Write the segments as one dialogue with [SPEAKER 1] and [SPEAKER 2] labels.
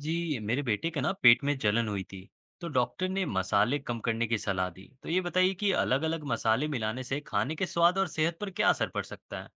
[SPEAKER 1] जी मेरे बेटे के ना पेट में जलन हुई थी। तो डॉक्टर ने मसाले कम करने की सलाह दी। तो ये बताइए कि अलग अलग मसाले मिलाने से खाने के स्वाद और सेहत पर क्या असर पड़ सकता है।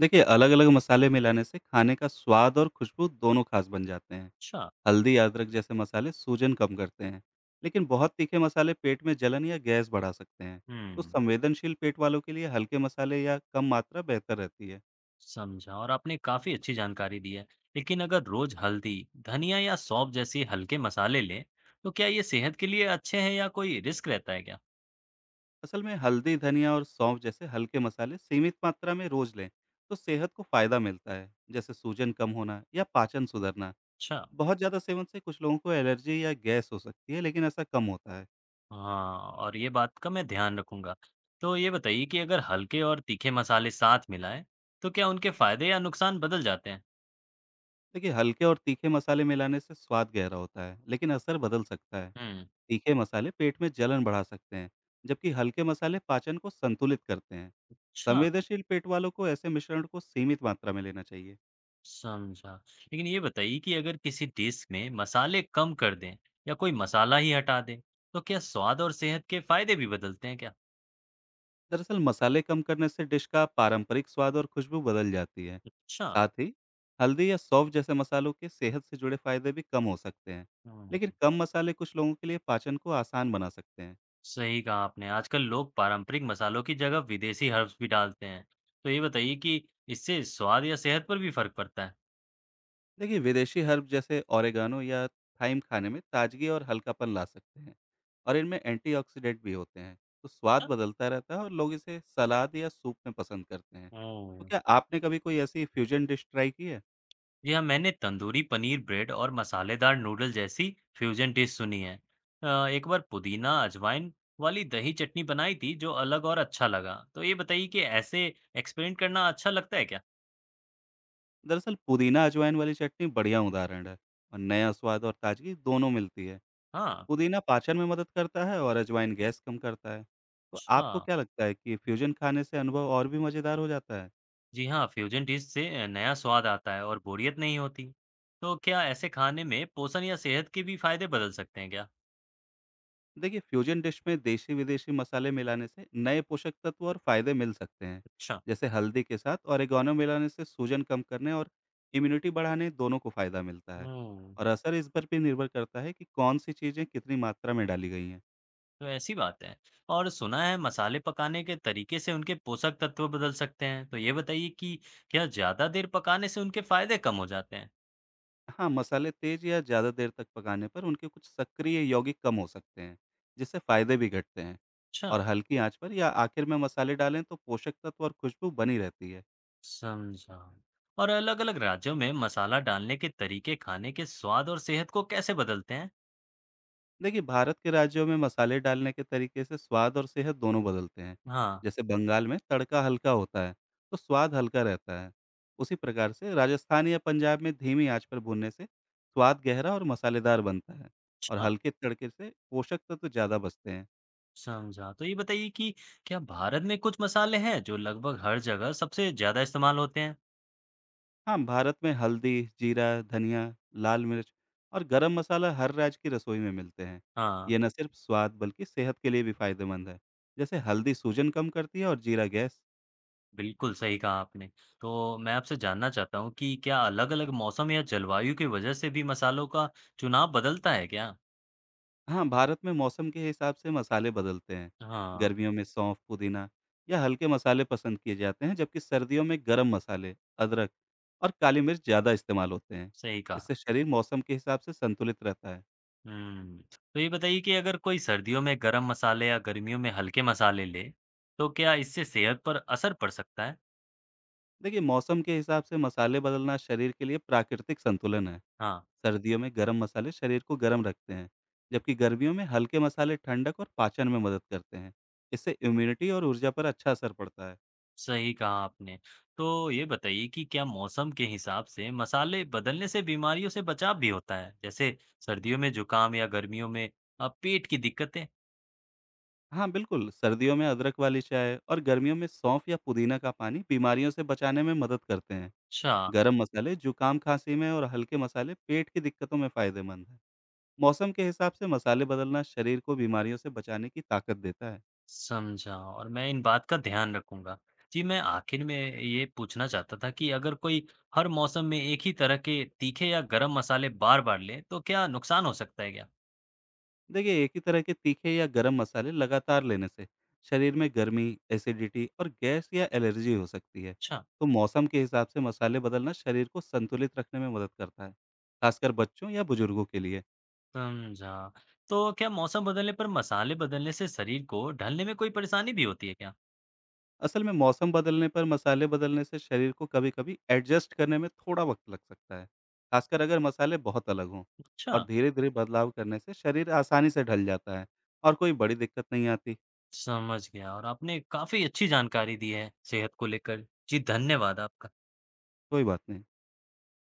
[SPEAKER 2] देखिए अलग-अलग मसाले मिलाने से खाने का स्वाद और खुशबू दोनों खास बन जाते हैं।
[SPEAKER 1] अच्छा।
[SPEAKER 2] हल्दी, अदरक जैसे मसाले सूजन कम करते हैं, लेकिन बहुत तीखे मसाले पेट में जलन या गैस बढ़ा सकते हैं। तो
[SPEAKER 1] हम्म।
[SPEAKER 2] संवेदनशील पेट वालों के लिए हल्के मसाले या कम मात्रा बेहतर रहती है।
[SPEAKER 1] समझा। और आपने काफी अच्छी जानकारी दी है। लेकिन अगर रोज हल्दी, धनिया या सौंफ जैसे हल्के मसाले लें, तो क्या ये सेहत के लिए अच्छे हैं या कोई रिस्क रहता है क्या।
[SPEAKER 2] असल में हल्दी, धनिया और सौंफ जैसे हल्के मसाले सीमित मात्रा में रोज लें तो सेहत को फायदा मिलता है, जैसे सूजन कम होना या पाचन सुधरना।
[SPEAKER 1] अच्छा।
[SPEAKER 2] बहुत ज़्यादा सेवन से कुछ लोगों को एलर्जी या गैस हो सकती है, लेकिन ऐसा कम होता है।
[SPEAKER 1] हाँ, और ये बात का मैं ध्यान रखूंगा। तो ये बताइए कि अगर हल्के और तीखे मसाले साथ मिलाएं, तो क्या उनके फायदे या नुकसान बदल जाते हैं।
[SPEAKER 2] देखिए, हल्के और तीखे मसाले मिलाने से स्वाद गहरा होता है, लेकिन असर बदल सकता है।
[SPEAKER 1] हुँ।
[SPEAKER 2] तीखे मसाले पेट में जलन बढ़ा सकते हैं, जबकि हल्के मसाले पाचन को संतुलित करते हैं।
[SPEAKER 1] अच्छा।
[SPEAKER 2] संवेदनशील पेट वालों को ऐसे मिश्रण को सीमित मात्रा में लेना चाहिए।
[SPEAKER 1] समझा। लेकिन ये बताइए कि अगर किसी डिश में मसाले कम कर दें या कोई मसाला ही हटा दें, तो क्या स्वाद और सेहत के फ़ायदे भी बदलते हैं क्या?
[SPEAKER 2] दरअसल मसाले कम करने से डिश का पारंपरिक स्वाद और खुशबू बदल जाती है।
[SPEAKER 1] अच्छा।
[SPEAKER 2] साथ ही हल्दी या सौंफ जैसे मसालों के सेहत से जुड़े फायदे भी कम हो सकते हैं, लेकिन
[SPEAKER 1] हुँ।
[SPEAKER 2] कम मसाले कुछ लोगों के लिए पाचन को आसान बना सकते हैं।
[SPEAKER 1] सही कहा आपने। आजकल लोग पारंपरिक मसालों की जगह विदेशी हर्ब्स भी डालते हैं। तो ये बताइए कि इससे स्वाद या सेहत पर भी फ़र्क पड़ता है?
[SPEAKER 2] देखिए विदेशी हर्ब जैसे ओरेगानो या थाइम खाने में ताजगी और हल्कापन ला सकते हैं और इनमें एंटीऑक्सीडेंट भी होते हैं। तो स्वाद
[SPEAKER 1] अच्छा।
[SPEAKER 2] बदलता रहता है और लोग इसे सलाद या सूप में पसंद करते हैं।
[SPEAKER 1] ओह!
[SPEAKER 2] तो क्या आपने कभी कोई ऐसी फ्यूजन डिश ट्राई की है?
[SPEAKER 1] जी हाँ, मैंने तंदूरी पनीर ब्रेड और मसालेदार नूडल जैसी फ्यूजन डिश सुनी है। एक बार पुदीना अजवाइन वाली दही चटनी बनाई थी जो अलग और अच्छा लगा। तो ये बताइए कि ऐसे एक्सपेरिमेंट करना अच्छा लगता है क्या?
[SPEAKER 2] दरअसल पुदीना अजवाइन वाली चटनी बढ़िया उदाहरण है और नया स्वाद और ताजगी दोनों मिलती है।
[SPEAKER 1] हाँ।
[SPEAKER 2] पुदीना पाचन में मदद करता है और अजवाइन गैस कम करता है। तो
[SPEAKER 1] अच्छा।
[SPEAKER 2] आपको क्या लगता है कि फ्यूजन खाने से अनुभव और भी मज़ेदार हो जाता है?
[SPEAKER 1] जी हाँ, फ्यूजन डिश से नया स्वाद आता है और बोरियत नहीं होती। तो क्या ऐसे खाने में पोषण या सेहत के भी फायदे बदल सकते हैं क्या?
[SPEAKER 2] देखिए फ्यूजन डिश में देशी विदेशी मसाले मिलाने से नए पोषक तत्व और फायदे मिल सकते हैं।
[SPEAKER 1] अच्छा।
[SPEAKER 2] जैसे हल्दी के साथ ओरिगानो मिलाने से सूजन कम करने और इम्यूनिटी बढ़ाने दोनों को फायदा मिलता है।
[SPEAKER 1] हम्म।
[SPEAKER 2] और असर इस पर भी निर्भर करता है कि कौन सी चीज़ें कितनी मात्रा में डाली गई हैं।
[SPEAKER 1] तो ऐसी बात है। और सुना है मसाले पकाने के तरीके से उनके पोषक तत्व बदल सकते हैं। तो ये बताइए कि क्या ज़्यादा देर पकाने से उनके फायदे कम हो जाते हैं?
[SPEAKER 2] हाँ मसाले तेज या ज़्यादा देर तक पकाने पर उनके कुछ सक्रिय यौगिक कम हो सकते हैं, जिससे फायदे भी घटते हैं।
[SPEAKER 1] अच्छा।
[SPEAKER 2] और हल्की आंच पर या आखिर में मसाले डालें तो पोषक तत्व और खुशबू बनी रहती है।
[SPEAKER 1] समझा। और अलग-अलग राज्यों में मसाला डालने के तरीके खाने के स्वाद और सेहत को कैसे बदलते हैं?
[SPEAKER 2] देखिए, भारत के राज्यों में मसाले डालने के तरीके से स्वाद और सेहत दोनों बदलते हैं।
[SPEAKER 1] हाँ।
[SPEAKER 2] जैसे बंगाल में तड़का हल्का होता है, तो स्वाद हल्का रहता है। उसी प्रकार से राजस्थान या पंजाब में धीमी आंच पर भूनने से स्वाद गहरा और मसालेदार बनता है। और
[SPEAKER 1] अच्छा।
[SPEAKER 2] हल्के तड़के से पोषक तत्व ज़्यादा बचते हैं।
[SPEAKER 1] समझा। तो ये बताइए कि क्या भारत में कुछ मसाले हैं जो लगभग हर जगह सबसे ज़्यादा इस्तेमाल होते हैं?
[SPEAKER 2] हाँ, भारत में हल्दी, जीरा, धनिया, लाल मिर्च और गरम मसाला हर राज्य की रसोई में मिलते हैं।
[SPEAKER 1] हाँ।
[SPEAKER 2] ये न सिर्फ स्वाद बल्कि सेहत के लिए भी फायदेमंद है। जैसे हल्दी सूजन कम करती है और जीरा गैस।
[SPEAKER 1] बिल्कुल, सही कहा आपने। तो मैं आपसे जानना चाहता हूँ कि क्या अलग-अलग मौसम या जलवायु की वजह से भी मसालों का चुनाव बदलता है क्या?
[SPEAKER 2] हाँ, भारत में मौसम के हिसाब से मसाले बदलते हैं।
[SPEAKER 1] हाँ,
[SPEAKER 2] गर्मियों में सौंफ, पुदीना या हल्के मसाले पसंद किए जाते हैं, जबकि सर्दियों में गरम मसाले, अदरक और काली मिर्च ज़्यादा इस्तेमाल होते हैं।
[SPEAKER 1] सही कहा।
[SPEAKER 2] इससे शरीर मौसम के हिसाब से संतुलित रहता है।
[SPEAKER 1] हुँ। तो ये बताइए कि अगर कोई सर्दियों में गरम मसाले या गर्मियों में हल्के मसाले ले, तो क्या इससे सेहत पर असर पड़ सकता है?
[SPEAKER 2] देखिए, मौसम के हिसाब से मसाले बदलना शरीर के लिए प्राकृतिक संतुलन है।
[SPEAKER 1] हाँ,
[SPEAKER 2] सर्दियों में गरम मसाले शरीर को गर्म रखते हैं, जबकि गर्मियों में हल्के मसाले ठंडक और पाचन में मदद करते हैं। इससे इम्यूनिटी और ऊर्जा पर अच्छा असर पड़ता है।
[SPEAKER 1] सही कहा आपने। तो ये बताइए कि क्या मौसम के हिसाब से मसाले बदलने से बीमारियों से बचाव भी होता है? जैसे सर्दियों में जुकाम या गर्मियों में पेट की दिक्कतें?
[SPEAKER 2] हाँ बिल्कुल, सर्दियों में अदरक वाली चाय और गर्मियों में सौंफ या पुदीना का पानी बीमारियों से बचाने में मदद करते हैं।
[SPEAKER 1] अच्छा।
[SPEAKER 2] गरम मसाले जुकाम खांसी में और हल्के मसाले पेट की दिक्कतों में फायदेमंद हैं। मौसम के हिसाब से मसाले बदलना शरीर को बीमारियों से बचाने की ताकत देता है।
[SPEAKER 1] समझा, और मैं इन बात का ध्यान रखूंगा। जी, मैं आखिर में ये पूछना चाहता था कि अगर कोई हर मौसम में एक ही तरह के तीखे या गरम मसाले बार-बार ले, तो क्या नुकसान हो सकता है क्या?
[SPEAKER 2] देखिए, एक ही तरह के तीखे या गरम मसाले लगातार लेने से शरीर में गर्मी, एसिडिटी और गैस या एलर्जी हो सकती है।
[SPEAKER 1] अच्छा।
[SPEAKER 2] तो मौसम के हिसाब से मसाले बदलना शरीर को संतुलित रखने में मदद करता है, खासकर बच्चों या बुजुर्गों के लिए।
[SPEAKER 1] समझा। तो क्या मौसम बदलने पर मसाले बदलने से शरीर को ढलने में कोई परेशानी भी होती है क्या?
[SPEAKER 2] असल में मौसम बदलने पर मसाले बदलने से शरीर को कभी-कभी एडजस्ट करने में थोड़ा वक्त लग सकता है, खासकर अगर मसाले बहुत अलग हों।
[SPEAKER 1] अच्छा।
[SPEAKER 2] और धीरे-धीरे बदलाव करने से शरीर आसानी से ढल जाता है और कोई बड़ी दिक्कत नहीं आती।
[SPEAKER 1] समझ गया, और आपने काफ़ी अच्छी जानकारी दी है सेहत को लेकर। जी, धन्यवाद आपका।
[SPEAKER 2] कोई बात नहीं।